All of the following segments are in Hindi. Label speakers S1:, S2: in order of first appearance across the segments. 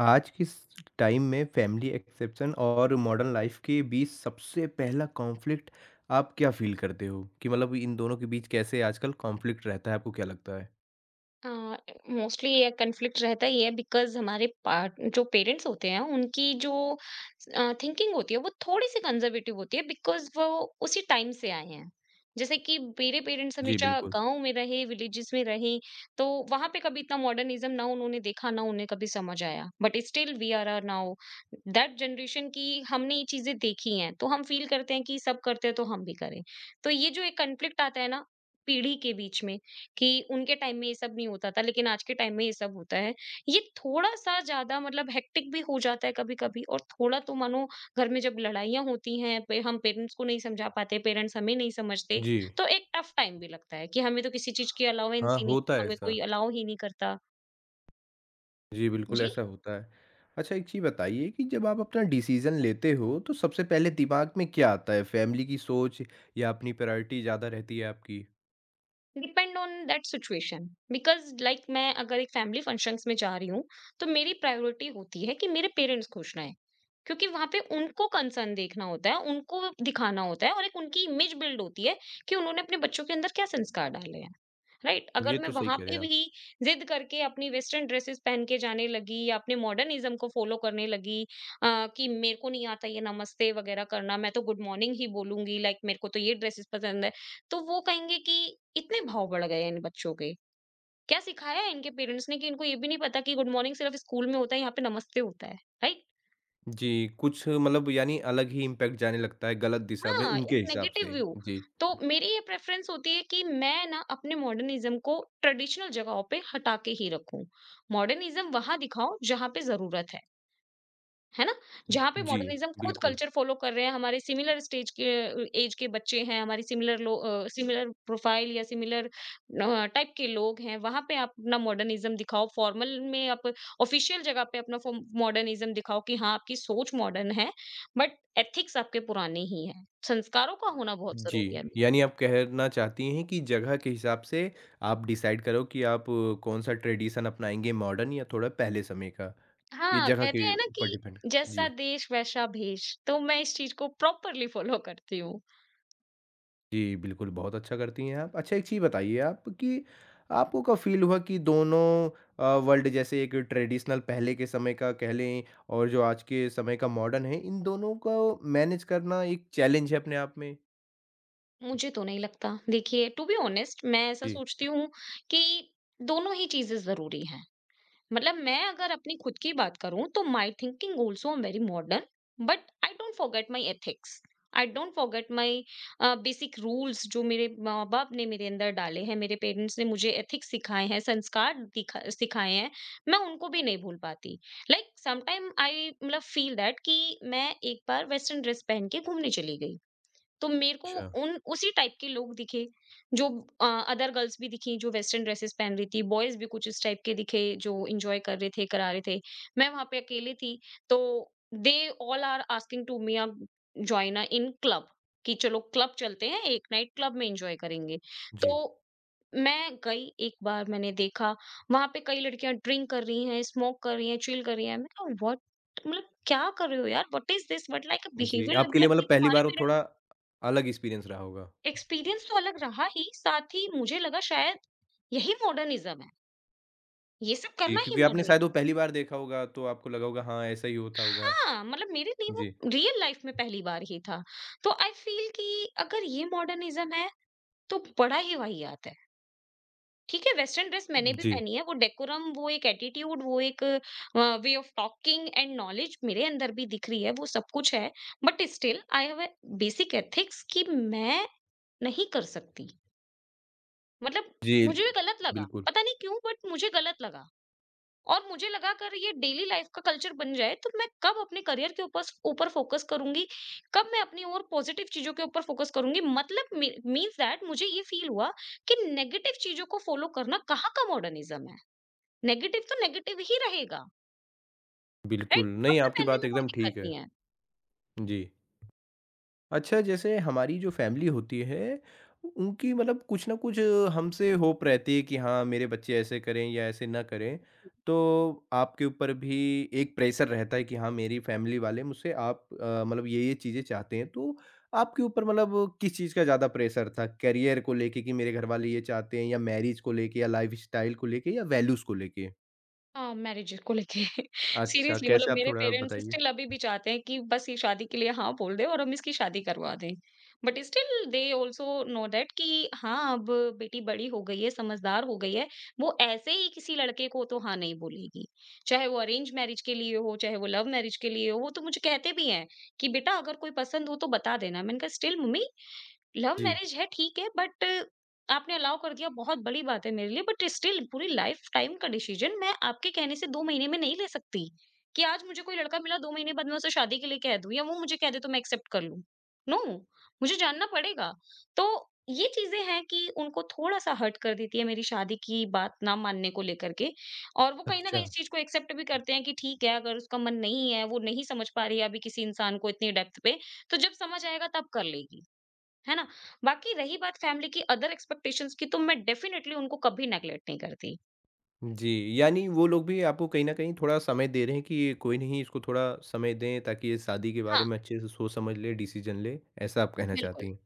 S1: आज किस टाइम में फैमिली एक्सेप्शन और मॉडर्न लाइफ के बीच सबसे पहला कॉन्फ्लिक्ट आप क्या फील करते हो? कि मतलब इन दोनों के बीच कैसे आजकल कॉन्फ्लिक्ट रहता है, आपको क्या लगता है?
S2: मोस्टली ये कन्फ्लिक्ट रहता ही है बिकॉज हमारे पार्ट जो पेरेंट्स होते हैं उनकी जो थिंकिंग होती है वो थोड़ी सी कंजर्वेटिव होती है बिकॉज वो उसी टाइम से आए हैं। जैसे कि मेरे पेरेंट्स
S1: जी,
S2: हमेशा
S1: बिल्कुल।
S2: गांव में रहे, विलेजेस में रहे, तो वहां पे कभी इतना मॉडर्निज्म ना उन्होंने देखा ना उन्हें कभी समझ आया। But still we are are now that generation की हमने ये चीजें देखी हैं, तो हम फील करते हैं कि सब करते हैं तो हम भी करें। तो ये जो एक कन्फ्लिक्ट आता है ना, पीढ़ी के बीच में, कि उनके टाइम में ये सब नहीं होता था, लेकिन आज के टाइम में ये सब होता है। ये थोड़ा-सा ज़्यादा मतलब हेक्टिक भी हो जाता है कभी-कभी, और थोड़ा तो मानो घर में जब लड़ाइयाँ होती हैं, पे हम पेरेंट्स को नहीं समझा पाते, पेरेंट्स हमें नहीं समझते,
S1: जी।
S2: तो एक टफ टाइम भी लगता है कि हमें तो किसी चीज़ की अलाउएंस
S1: हाँ,
S2: ही नहीं
S1: होता
S2: है,
S1: है
S2: हमें
S1: ऐसा।
S2: कोई अलाउ ही नहीं करता।
S1: जी, बिल्कुल
S2: जी?
S1: ऐसा होता है। अच्छा, एक चीज़ बताइए कि जब आप अपना डिसीज़न लेते हो तो सबसे पहले दिमाग में क्या आता है? फैमिली की सोच या अपनी प्रायोरिटी ज़्यादा रहती है आपकी?
S2: Depend on that situation, because like मैं अगर एक फैमिली फंक्शंस में जा रही हूँ, तो मेरी प्रायोरिटी होती है कि मेरे पेरेंट्स खुश रहें, क्योंकि वहां पे उनको कंसर्न देखना होता है, उनको दिखाना होता है, और एक उनकी इमेज बिल्ड होती है कि उन्होंने अपने बच्चों के अंदर क्या संस्कार डाले हैं। राइट? अगर
S1: ये
S2: मैं
S1: तो सही
S2: वहां
S1: कह रहे
S2: पे
S1: हैं आप।
S2: भी जिद करके अपनी वेस्टर्न ड्रेसेस पहन के जाने लगी या अपने मॉडर्निज्म को फॉलो करने लगी, कि मेरे को नहीं आता ये नमस्ते वगैरह करना, मैं तो गुड मॉर्निंग ही बोलूंगी, लाइक मेरे को तो ये ड्रेसेस पसंद है, तो वो कहेंगे कि इतने भाव बढ़ गए हैं इन बच्चों के, क्या सिखाया है इनके पेरेंट्स ने कि इनको ये भी नहीं पता कि गुड मॉर्निंग सिर्फ स्कूल में होता है, यहाँ पे नमस्ते होता है। राइट।
S1: जी, कुछ मतलब यानी अलग ही इम्पैक्ट जाने लगता है गलत दिशा में
S2: हाँ, एक
S1: उनके हिसाब
S2: नेगेटिव
S1: से।
S2: व्यू।
S1: जी।
S2: तो मेरी ये प्रेफ़रेंस होती है कि मैं ना अपने मॉडर्निज़्म को ट्रेडिशनल जगहों पे हटा के ही रखूँ। मॉडर्निज़्म वहाँ दिखाओ जहाँ पे ज़रूरत है। है ना? जहाँ पे
S1: जी,
S2: मॉडर्निज़्म खुद
S1: बिल्कुल।
S2: कल्चर फ़ॉलो कर रहे हैं, हमारे सिमिलर स्टेज के एज के बच्चे हैं, हमारी सिमिलर प्रोफ़ाइल या सिमिलर टाइप के लोग हैं, वहाँ पे आप अपना मॉडर्निज़्म दिखाओ। फ़ॉर्मल में, आप ऑफ़िशियल जगह पे अपना फ़ॉ मॉडर्निज़्म दिखाओ कि हाँ, आपकी सोच मॉडर्न है, बट एथिक्स आपके पुराने ही हैं। संस्कारों का होना बहुत
S1: जी,
S2: ज़रूरी है।
S1: यानी आप कहना चाहती हैं कि जगह के हिसाब से आप डिसाइड करो कि आप कौन-सा ट्रेडिशन अपनाएँगे, मॉडर्न या थोड़ा पहले समय का। ये
S2: हाँ,
S1: जगह
S2: कहते
S1: के
S2: हैं ना
S1: ऊपर
S2: कि
S1: डिपेंड।
S2: जैसा
S1: जी,
S2: देश वैसा भेष, तो मैं इस चीज़ को प्रॉपरली फ़ॉलो करती हूँ।
S1: जी, बिल्कुल, बहुत अच्छा करती हैं आप। अच्छा, एक चीज़ बताइए आप कि आपको कब फ़ील हुआ कि दोनों वर्ल्ड जैसे एक ट्रेडिशनल पहले के समय का कह लें और जो आज के समय का मॉडर्न है, इन दोनों को मैनेज करना एक चैलेंज है अपने आप में?
S2: मुझे तो नहीं लगता। देखिए, टू बी ऑनेस्ट, मैं ऐसा
S1: जी,
S2: सोचती हूँ कि दोनों ही चीज़ें ज़रूरी हैं। मतलब मैं अगर अपनी खुद की बात करूँ, तो my thinking also I am very modern, but I don't forget my ethics. I don't forget my basic rules जो मेरे माँ-बाप ने मेरे अंदर डाले हैं, मेरे पेरेंट्स ने मुझे एथिक्स सिखाए हैं, संस्कार दिखा सिखाए हैं, मैं उनको भी नहीं भूल पाती। लाइक समटाइम आई मतलब फ़ील दैट कि मैं एक बार वेस्टर्न ड्रेस पहन के घूमने चली गई। तो मेरे को
S1: अच्छा,
S2: उन उसी टाइप के लोग दिखे, जो अदर गर्ल्स भी दिखी जो वेस्टर्न ड्रेसेस पहन रही थी, बॉयज भी कुछ इस टाइप के दिखे जो एंजॉय कर रहे थे, करा रहे थे। मैं वहां पे अकेली थी, तो they all are asking to me join in club, कि चलो क्लब चलते हैं, एक नाइट क्लब में एंजॉय करेंगे। तो
S1: जी।
S2: मैं गई। एक बार मैंने देखा वहां पे कई लड़कियां ड्रिंक कर रही हैं, स्मोक कर रही हैं, चिल कर रही हैं। मैं व्हाट, मतलब क्या कर रहे हो यार, what is this, what like
S1: जी,
S2: बिहेवियर लाइक
S1: आपके लिए
S2: दैट
S1: मतलब
S2: कि
S1: पहली
S2: तुम्हारे।
S1: बार वो थोड़ा अलग एक्सपीरियंस रहा होगा।
S2: एक्सपीरियंस तो अलग रहा ही, साथ ही मुझे लगा शायद यही मॉडर्निज्म है, ये सब
S1: जी,
S2: करना ही
S1: क्योंकि आपने शायद
S2: मॉडर्निज्म
S1: वो
S2: है।
S1: पहली बार देखा होगा तो आपको लगा होगा हाँ, ऐसा ही होता होगा।
S2: हाँ, मतलब मेरे लिए वो
S1: जी,
S2: रियल लाइफ में पहली बार ही था। तो आई फील कि अगर ये मॉडर्निज्म है, तो बड़ा ही वाहियात है। ठीक है, वेस्टर्न ड्रेस मैंने भी
S1: जी,
S2: पहनी है, वो डेकोरम, वो एक एटीट्यूड, वो एक way of talking and knowledge मेरे अंदर भी दिख रही है, वो सब कुछ है। But still I have a basic ethics कि मैं नहीं कर सकती। मतलब,
S1: जी,
S2: मुझे भी गलत लगा,
S1: बिल्कुल,
S2: पता नहीं क्यों, बट मुझे गलत लगा। और मुझे लगा अगर ये डेली लाइफ का कल्चर बन जाए, तो मैं कब अपने करियर के ऊपर ऊपर फोकस करूंगी, कब मैं अपनी और पॉजिटिव चीजों के ऊपर फोकस करूंगी। मतलब मींस दैट मुझे ये फील हुआ कि नेगेटिव चीजों को फॉलो करना कहाँ का मॉडर्निज्म है, नेगेटिव तो नेगेटिव ही रहेगा।
S1: बिल्कुल।
S2: राइट,
S1: नहीं,
S2: कपड़े
S1: आपकी
S2: पहनने
S1: बात
S2: में कोई
S1: एकदम ठीक
S2: दिक्कत
S1: है।
S2: नहीं है।
S1: जी। अच्छा, जैसे हमारी जो फैमिली होती है, उनकी मतलब कुछ ना कुछ हमसे होप रहती है कि हाँ, मेरे बच्चे ऐसे करें या ऐसे ना करें। तो आपके ऊपर भी एक प्रेशर रहता है कि हाँ, मेरी फैमिली वाले मुझसे आप मतलब ये-ये चीज़ें चाहते हैं। तो आपके ऊपर मतलब किस चीज़ का ज़्यादा प्रेशर था? करियर को लेके कि मेरे घर वाले ये चाहते हैं या मैरिज को लेके या लाइफ़स्टाइल को लेके या वैल्यूज़ को लेके?
S2: हाँ, मैरिज को लेके।
S1: अच्छा,
S2: सीरियसली,
S1: कैसे
S2: मतलब
S1: आप
S2: मेरे
S1: थोड़ा
S2: पेरेंट्स
S1: बताइए?
S2: स्टिल अभी भी चाहते हैं कि बस ये शादी के लिए हाँ बोल दे और हम इसकी शादी करवा दें। But still they also know that कि हाँ, अब बेटी बड़ी हो गई है, समझदार हो गई है। वो ऐसे ही किसी लड़के को तो हाँ नहीं बोलेगी। चाहे वो अरेंज मैरिज के लिए हो, चाहे वो लव मैरिज के लिए हो, वो तो मुझे कहते भी हैं कि बेटा अगर कोई पसंद हो तो बता देना। मैंने कहा स्टिल मम्मी, लव
S1: जी,
S2: मैरिज है ठीक है, बट आपने अलाउ कर दिया बहुत बड़ी बात है मेरे लिए, बट स्टिल पूरी लाइफ टाइम का डिसीजन मैं आपके कहने से 2 महीने में नहीं ले सकती कि आज मुझे कोई लड़का मिला, 2 महीने बाद मैं उसे शादी के लिए कह दूं, या वो मुझे कह दे तो मैं एक्सेप्ट कर लूं। नो, मुझे जानना पड़ेगा। तो ये चीजें हैं कि उनको थोड़ा सा हर्ट कर देती है मेरी शादी की बात ना मानने को लेकर के, और वो कहीं ना
S1: अच्छा।
S2: कहीं इस चीज को एक्सेप्ट भी करते हैं कि ठीक है, अगर उसका मन नहीं है, वो नहीं समझ पा रही है अभी किसी इंसान को इतनी डेप्थ पे, तो जब समझ आएगा तब कर लेगी। है ना? बाकी रही बात फैमिली की अदर एक्सपेक्टेशंस की, तो मैं डेफिनिटली उनको कभी नेगलेक्ट नहीं करती।
S1: जी, यानी वो लोग भी आपको कहीं न कहीं थोड़ा समय दे रहे हैं कि ये कोई नहीं, इसको थोड़ा समय दें ताकि ये शादी के बारे
S2: हाँ,
S1: में अच्छे से सोच-समझ ले, डिसीज़न ले, ऐसा आप कहना
S2: बिल्कुल।
S1: चाहती हैं?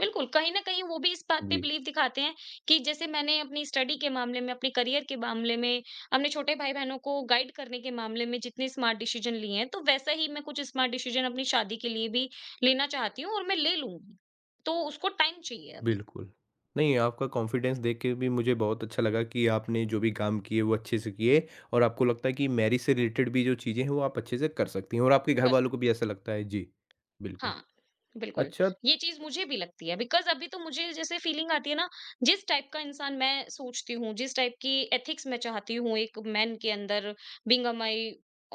S2: बिल्कुल, कहीं न कहीं वो भी इस बात पे
S1: जी,
S2: बिलीव दिखाते हैं कि जैसे मैंने अपनी स्टडी के मामले में, अपने करियर के मामले में, अपने छोटे भाई-बहनों को गाइड करने के मामले में जितने स्मार्ट डिसीजन लिए हैं, तो वैसा ही मैं कुछ स्मार्ट डिसीजन अपनी शादी के लिए भी लेना चाहती हूँ और मैं ले लूँगी। तो उसको टाइम चाहिए अभी।
S1: बिल्कुल। नहीं, आपका कॉन्फिडेंस देख के भी मुझे बहुत अच्छा लगा कि आपने जो भी काम किए वो अच्छे से किए और आपको लगता है कि मैरिज से रिलेटेड भी जो चीज़ें हैं वो आप अच्छे से कर सकती हैं और आपके घरवालों को भी ऐसा लगता है। जी, बिल्कुल।
S2: हाँ, बिल्कुल,
S1: अच्छा,
S2: ये चीज़ मुझे भी लगती है, बिकॉज़ अभी तो मुझे जैसे फीलिंग आती है ना, जिस टाइप का इंसान मैं सोचती हूँ, जिस टाइप की एथिक्स मैं चाहती हूँ एक मैन के अंदर, बीइंग अ माई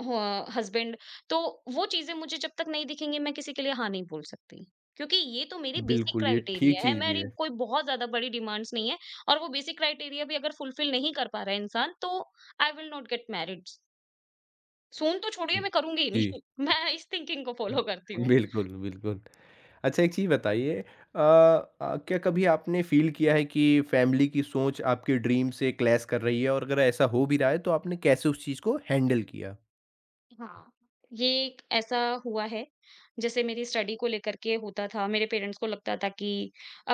S2: ह हस्बैंड, तो वो चीज़ें मुझे जब तक नहीं दिखेंगी, मैं किसी के लिए हाँ नहीं बोल सकती। क्योंकि ये तो मेरी बेसिक
S1: बिल्कुल, ये ठीक
S2: क्राइटेरिया है,
S1: चीज़ भी
S2: मेरी
S1: है।
S2: कोई बहुत ज़्यादा बड़ी डिमांड्स नहीं है, और वो बेसिक क्राइटेरिया भी अगर फुलफ़िल नहीं कर पा रहा है इंसान, तो I will not get married. सुन तो छोड़िए, मैं करूँगी ही
S1: जी,
S2: नहीं। मैं इस थिंकिंग को फ़ॉलो करती हूँ।
S1: बिल्कुल, बिल्कुल। अच्छा, एक चीज़ बताइए, क्या कभी आपने फ़ील किया है कि फैमिली की सोच आपके ड्रीम से क्लैश कर रही है, और अगर ऐसा हो भी रहा है तो आपने कैसे उस चीज़ को हैंडल किया?
S2: हाँ, ये एक ऐसा हुआ है, जैसे मेरी स्टडी को लेकर के होता था, मेरे पेरेंट्स को लगता था कि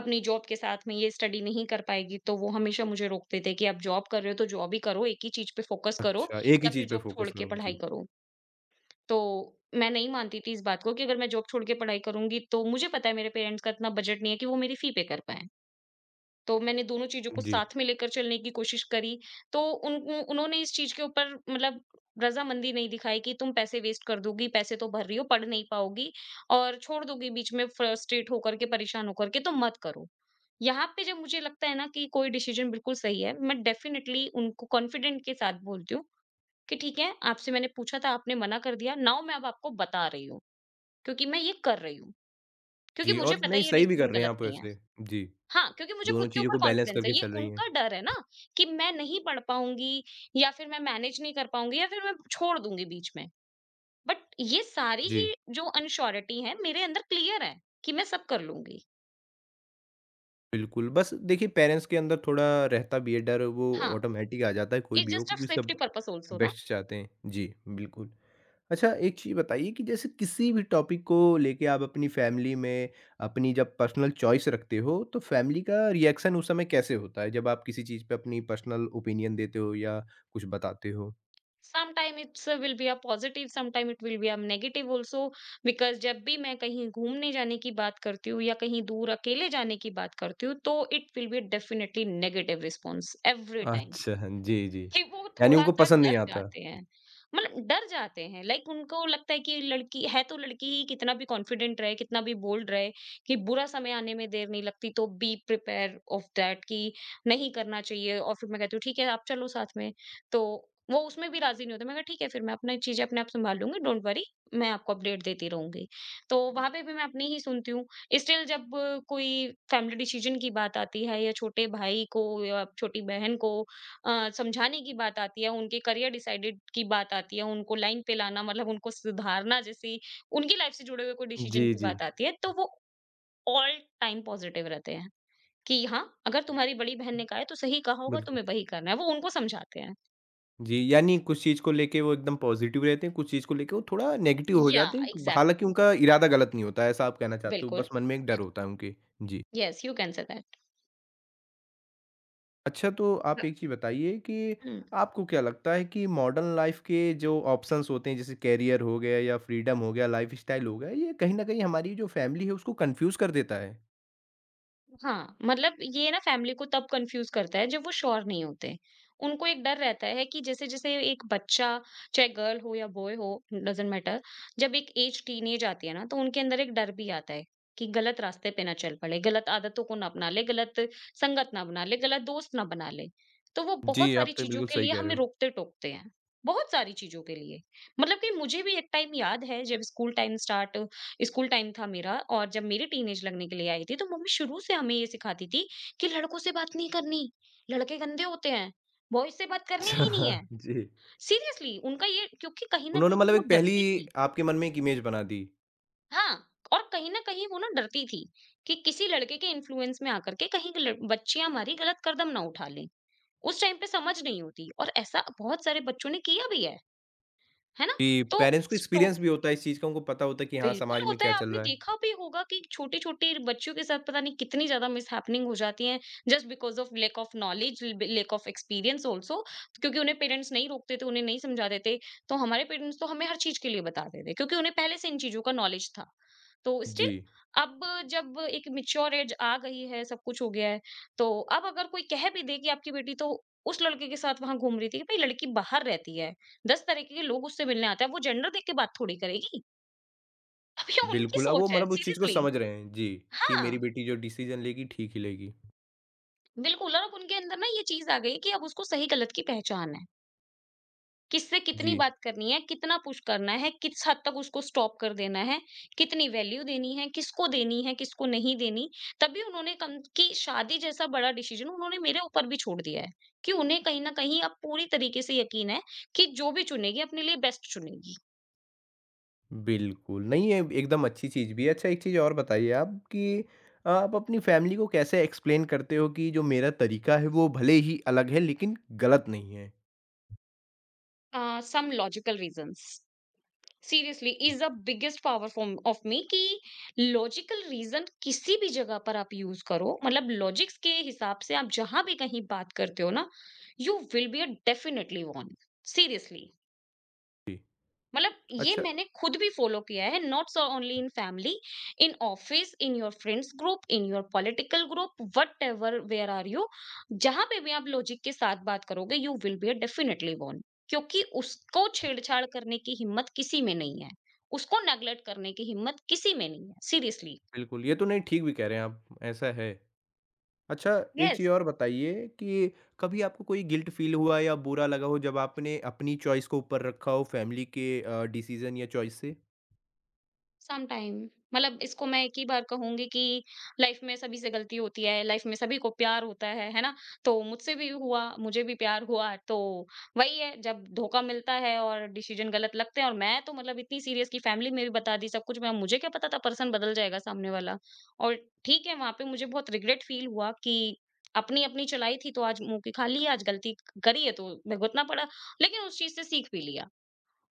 S2: अपनी जॉब के साथ में ये स्टडी नहीं कर पाएगी, तो वो हमेशा मुझे रोकते थे कि आप जॉब कर रहे हो, तो जॉब ही करो, एक ही चीज़ पे फोकस करो,
S1: अच्छा, एक ही
S2: या फिर
S1: चीज़ पे
S2: जॉब छोड़
S1: फ़ोकस
S2: के
S1: करो।
S2: पढ़ाई
S1: जी,
S2: करो। तो मैं नहीं मानती थी इस बात को, कि अगर मैं जॉब छोड़ के पढ़ाई करूँगी, तो मुझे पता है मेरे पेरेंट्स का इतना बजट नहीं है कि वो मेरी फ़ी पे कर पाएँ। तो मैंने दोनों चीज़ों को
S1: जी,
S2: साथ में लेकर चलने की कोशिश करी, तो उन उन उन्होंने इस चीज़ के ऊपर मतलब रज़ामंदी नहीं दिखाई कि तुम पैसे वेस्ट कर दोगी, पैसे तो भर रही हो, पढ़ नहीं पाओगी, और छोड़ दोगी बीच में फ्रस्ट्रेट होकर के, परेशान होकर के, तो मत करो। यहाँ पे जब मुझे लगता है ना कि कोई डिसीज़न बिल्कुल सही है, मैं डेफ़िनिटली उनको कॉन्फिडेंट के साथ बोलती हूँ कि ठीक है, आपसे मैंने पूछा था, आपने मना कर दिया, नाउ मैं अब आपको बता रही हूँ, क्योंकि मैं ये कर रही हूँ, क्योंकि
S1: जी
S2: मुझे
S1: और
S2: पता
S1: नहीं,
S2: है ये
S1: सही भी कर
S2: डिसीज़न
S1: रहे हैं
S2: गलत
S1: आप
S2: नहीं है।
S1: वैसे। जी,
S2: हाँ, क्योंकि मुझे
S1: दोनों
S2: खुद के
S1: चीज़ों
S2: ऊपर
S1: को बैलेंस
S2: कॉन्फिडेंस है,
S1: करके
S2: ये
S1: चल रही हैं।
S2: उनका डर है ना कि मैं नहीं पढ़ पाऊँगी, या फिर मैं मैनेज नहीं कर पाऊँगी, या फिर मैं छोड़ दूँगी बीच में। बट ये सारी
S1: जी,
S2: ही जो अनश्योरिटी है मेरे अंदर क्लियर है कि मैं सब कर लूँगी।
S1: बिल्कुल, बस देखिए पेरेंट्स के अंदर थोड़ा रहता भी है डर, वो
S2: हाँ,
S1: ऑटोमेटिक आ जाता है कोई भी
S2: इट्स
S1: हो,
S2: जस्ट अ
S1: क्योंकि सब
S2: सेफ्टी पर्पस आल्सो ना,
S1: बेस्ट चाहते हैं। जी, बिल्कुल। अच्छा, एक चीज़ बताइए कि जैसे किसी भी टॉपिक को लेके आप अपनी फैमिली में अपनी जब पर्सनल चॉइस रखते हो, तो फैमिली का रिएक्शन उस समय कैसे होता है? जब आप किसी चीज़ पे अपनी पर्सनल ओपिनियन देते हो या कुछ बताते हो?
S2: Some time it's will be a positive, some time it will be a negative also, because जब भी मैं कहीं घूमने जाने की बात करती हूँ या कहीं दूर अकेले जाने की बात करती हूँ, तो it will be definitely negative response every time.
S1: अच्छा, जी, जी।
S2: कि वो
S1: यानी उनको
S2: थोड़ा-सा
S1: पसंद नहीं
S2: डर
S1: आता?
S2: जाते हैं। मतलब डर जाते हैं, लाइक उनको लगता है कि लड़की है तो लड़की ही, कितना भी कॉन्फिडेंट रहे, कितना भी बोल्ड रहे कि बुरा समय आने में देर नहीं लगती, तो बी प्रिपेयर ऑफ दैट कि नहीं करना चाहिए। और फिर मैं कहती हूँ ठीक है आप चलो साथ में। तो वो उसमें भी राज़ी नहीं होते। मैं कहा ठीक है, फिर मैं अपनी चीज़ें अपने आप सँभाल लूँगी, डोंट वरी, मैं आपको अपडेट देती रहूँगी। तो वहाँ पे भी मैं अपनी ही सुनती हूँ। स्टिल जब कोई फैमिली डिसीज़न की बात आती है या छोटे भाई को या छोटी बहन को समझाने की बात आती है, उनके करियर डिसाइडेड की बात आती है, उनको लाइन पे लाना मतलब उनको सुधारना जैसी उनकी लाइफ से जुड़े हुए कोई डिसीजन
S1: जी,
S2: की
S1: जी,
S2: बात आती है, तो वो ऑल टाइम पॉजिटिव रहते हैं कि हाँ, अगर तुम्हारी बड़ी बहन ने कहा है तो सही कहा होगा,
S1: बिल्कुल।
S2: तुम्हें वही करना है। वो उनको समझाते हैं।
S1: जी, यानी कुछ चीज़ को लेके वो एकदम पॉज़िटिव रहते हैं, कुछ चीज़ को लेके वो थोड़ा नेगेटिव हो
S2: या
S1: जाते हैं, हालाँकि
S2: एग्ज़ैक्टली,
S1: उनका इरादा गलत नहीं होता है, ऐसा आप कहना चाहते हो,
S2: बिल्कुल।
S1: बस मन में एक डर होता है उनके? जी।
S2: Yes, you can say that.
S1: अच्छा, तो आप
S2: ब
S1: एक चीज़ बताइए कि
S2: हुँ।
S1: आपको क्या लगता है कि मॉडर्न लाइफ़ के जो ऑप्शंस होते हैं, जैसे करियर हो गया या फ्रीडम हो गया, लाइफ़स्टाइल हो गया, ये कहीं न कहीं हमारी जो फ़ैमिली है उसको कन्फ्यूज़ कर देता है?
S2: हाँ, मतलब ये ना फैमिली को तब कन्फ्यूज़ करता है जब वो श्योर नहीं होते। उनको एक डर रहता है कि जैसे-जैसे एक बच्चा, चाहे गर्ल हो या बॉय हो डज़न्ट मैटर, जब एक एज टीनेज आती है ना, तो उनके अंदर एक डर भी आता है कि गलत रास्ते पे ना चल पड़े, गलत आदतों को ना अपना ले, गलत संगत ना बना ले, गलत दोस्त ना बना ले। तो वो बहुत
S1: जी, आप
S2: सारी
S1: तो
S2: चीज़ों
S1: बिल्कुल
S2: के
S1: सही
S2: लिए
S1: कह रहे
S2: हमें
S1: हो। अच्छा,
S2: रोकते-टोकते हैं, बहुत सारी चीज़ों के लिए। मतलब कि मुझे भी एक टाइम याद है, जब स्कूल टाइम था मेरा, और जब मेरी टीनेज लगने के लिए आई थी तो मम्मी शुरू से हमें ये सिखाती थी कि लड़कों से बात नहीं करनी, लड़के गंदे होते हैं, बॉयज से बात करनी ही नहीं है।
S1: जी।
S2: सीरियसली उनका ये, क्योंकि कहीं न
S1: उन्होंने
S2: कहीं
S1: मतलब
S2: वो
S1: एक पहली
S2: डरती थी।
S1: आपके मन में एक इमेज बना दी,
S2: हाँ, और कहीं न कहीं वो ना डरती थी कि किसी लड़के के इन्फ्लुएंस में आकर के कहीं लड़ बच्चियाँ हमारी गलत कदम ना उठा लें। उस टाइम पे समझ नहीं होती, और ऐसा बहुत सारे बच्चों ने किया भी है। है ना?
S1: कि
S2: तो
S1: पेरेंट्स को
S2: इट्स टो
S1: एक्सपीरियंस भी होता है इस चीज़ का, उनको पता होता है कि हाँ,
S2: बिल्कुल
S1: समाज में
S2: होता
S1: क्या
S2: है।
S1: चल
S2: आपने
S1: रहा है।
S2: देखा भी होगा कि छोटे-छोटे बच्चों के साथ पता नहीं कितनी ज़्यादा मिसहैपनिंग हो जाती है, just because of lack of knowledge, lack of experience also, क्योंकि उन्हें पेरेंट्स नहीं रोकते थे, उन्हें नहीं समझाते थे। तो हमारे पेरेंट्स तो हमें हर चीज़ के लिए बताते थे क्योंकि उन्हें पहले से इन चीज़ों का नॉलेज था। तो
S1: जी,
S2: स्टिल अब, जब एक मैच्योर एज आ गई है, सब कुछ हो गया है, तो अब अगर कोई कह भी दे कि आपकी बेटी तो उस लड़के के साथ वहाँ घूम रही थी, कि भई लड़की बाहर रहती है, 10 तरीके के लोग उससे मिलने आते हैं, अब वो जेंडर देख के बात थोड़ी करेगी। अब ये उनकी
S1: बिल्कुल, अब वो
S2: सोच है,
S1: मतलब उस चीज़ को
S2: सीरियसली।
S1: समझ रहे हैं। जी, कि
S2: हाँ,
S1: मेरी बेटी जो डिसीज़न लेगी ठीक ही लेगी।
S2: बिल्कुल, और अब उनके अंदर ना ये चीज़ आ गई है कि अब उसको सही गलत की पहचान है। किससे कितनी
S1: जी।
S2: बात करनी है, कितना पुश करना है, किस हद तक उसको स्टॉप कर देना है, कितनी वैल्यू देनी है, किसको नहीं देनी। तभी उन्होंने कम कि शादी जैसा बड़ा डिसीज़न उन्होंने मेरे ऊपर भी छोड़ दिया है, कि उन्हें कहीं न कहीं अब पूरी तरीके से यकीन है कि जो भी चुनेगी अपने लिए बेस्ट चुनेगी।
S1: बिल्कुल, नहीं ये एकदम अच्छी चीज़ भी है। अच्छा, एक चीज़ और बताइए आप कि आप अपनी फैमिली को कैसे एक्सप्लेन करते हो कि जो मेरा तरीका है वो भले ही अलग है लेकिन गलत नहीं है?
S2: Some logical reasons. Seriously
S1: hmm.
S2: Is the biggest power form of me कि लॉजिकल रीजन किसी भी जगह पर आप यूज करो, मतलब लॉजिक्स के हिसाब से आप जहां भी कहीं बात करते हो ना, you will be definitely won. Seriously,
S1: जी,
S2: मतलब ये
S1: अच्छा,
S2: मैंने खुद भी फॉलो किया है, not so only in family, in office, in your friends group, in your political group, whatever where are you, जहां पे भी आप लॉजिक के साथ बात करोगे you will be definitely won, क्योंकि उसको छेड़छाड़ करने की हिम्मत किसी में नहीं है, उसको नेगलेक्ट करने की हिम्मत किसी में नहीं है, सीरियसली।
S1: बिल्कुल, ये तो नहीं ठीक भी कह रहे हैं आप, ऐसा है। अच्छा, एक चीज़
S2: यस।
S1: और बताइए कि कभी आपको कोई गिल्ट फ़ील हुआ या बुरा लगा हो जब आपने अपनी चॉइस को ऊपर रखा हो फैमिली के डिसीज़न या चॉइस से?
S2: सम टाइम, मतलब इसको मैं एक ही बार कहूंगी कि लाइफ में सभी से गलती होती है, लाइफ में सभी को प्यार होता है ना? तो मुझसे भी हुआ, मुझे भी प्यार हुआ, तो वही है, जब धोखा मिलता है और डिसीजन गलत लगते हैं। और मैं तो मतलब इतनी सीरियस की फैमिली में भी बता दी सब कुछ, मैं, मुझे क्या पता था पर्सन बदल जाएगा सामने वाला। और ठीक है, वहां पे मुझे बहुत रिग्रेट फील हुआ कि अपनी अपनी चलाई थी तो आज मुंह की खाली है, आज गलती करी है तो भुगतना पड़ा। लेकिन उस चीज से सीख भी लिया,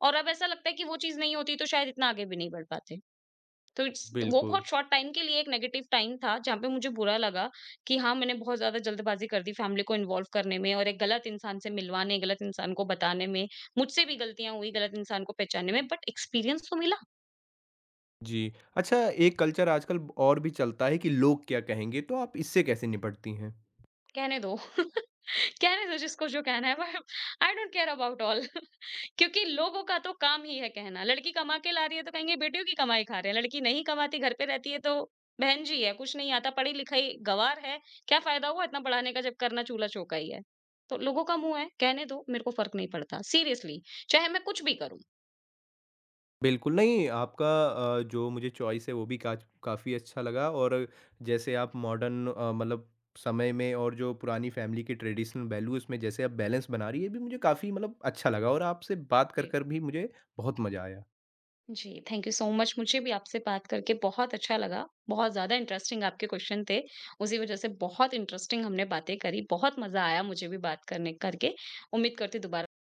S2: और अब ऐसा लगता है कि वो चीज नहीं होती तो शायद इतना आगे भी नहीं बढ़ पाते। तो इट्स वो
S1: बिल्कुल,
S2: बहुत शॉर्ट टाइम के लिए एक नेगेटिव टाइम था, जहाँ पे मुझे बुरा लगा कि हाँ, मैंने बहुत ज़्यादा जल्दबाज़ी कर दी फैमिली को इन्वॉल्व करने में, और एक गलत इंसान से मिलवाने, गलत इंसान को बताने में। मुझसे भी गलतियाँ हुई गलत इंसान को पहचानने में, बट एक्सपीरियंस तो मिला।
S1: जी। अच्छा, एक कल्चर आजकल और भी चलता है कि लोग क्या कहेंगे, तो आप इससे कैसे निपटती हैं?
S2: कहने दो। कहने दो जिसको जो कहना है। I don't care about all. क्योंकि लोगों का तो काम ही है कहना, लड़की कमा के ला रही है तो कहेंगे बेटियों की कमाई खा रहे हैं, लड़की नहीं कमाती घर पे रहती है तो बहन जी है, कुछ नहीं आता, पढ़ी लिखाई गँवार है, क्या फ़ायदा हुआ इतना पढ़ाने का जब करना चूल्हा-चौका ही है। तो लोगों का मुँह है, कहने दो, मेरे को फ़र्क नहीं पड़ता सीरियसली, चाहे मैं कुछ भी करूँ।
S1: बिल्कुल, नहीं आपका जो मुझे चॉइस है वो भी काच काफ़ी अच्छा लगा, और जैसे आप मॉडर्न मतलब समय में और जो पुरानी फ़ैमिली की ट्रेडिशनल वैल्यूज़ में जैसे आप बैलेंस बना रही है, ये भी मुझे काफ़ी मतलब अच्छा लगा, और आपसे बात
S2: जी।
S1: कर भी मुझे बहुत मज़ा आया।
S2: जी, थैंक यू सो मच, मुझे भी आपसे बात करके बहुत अच्छा लगा, बहुत ज़्यादा इंटरेस्टिंग आपके क्वेश्चन थे, उसी वजह से बहुत इंटरेस्टिंग हमने बातें करी, बहुत मज़ा आया मुझे भी बात करने करके, उम्मीद करती हूँ दोबारा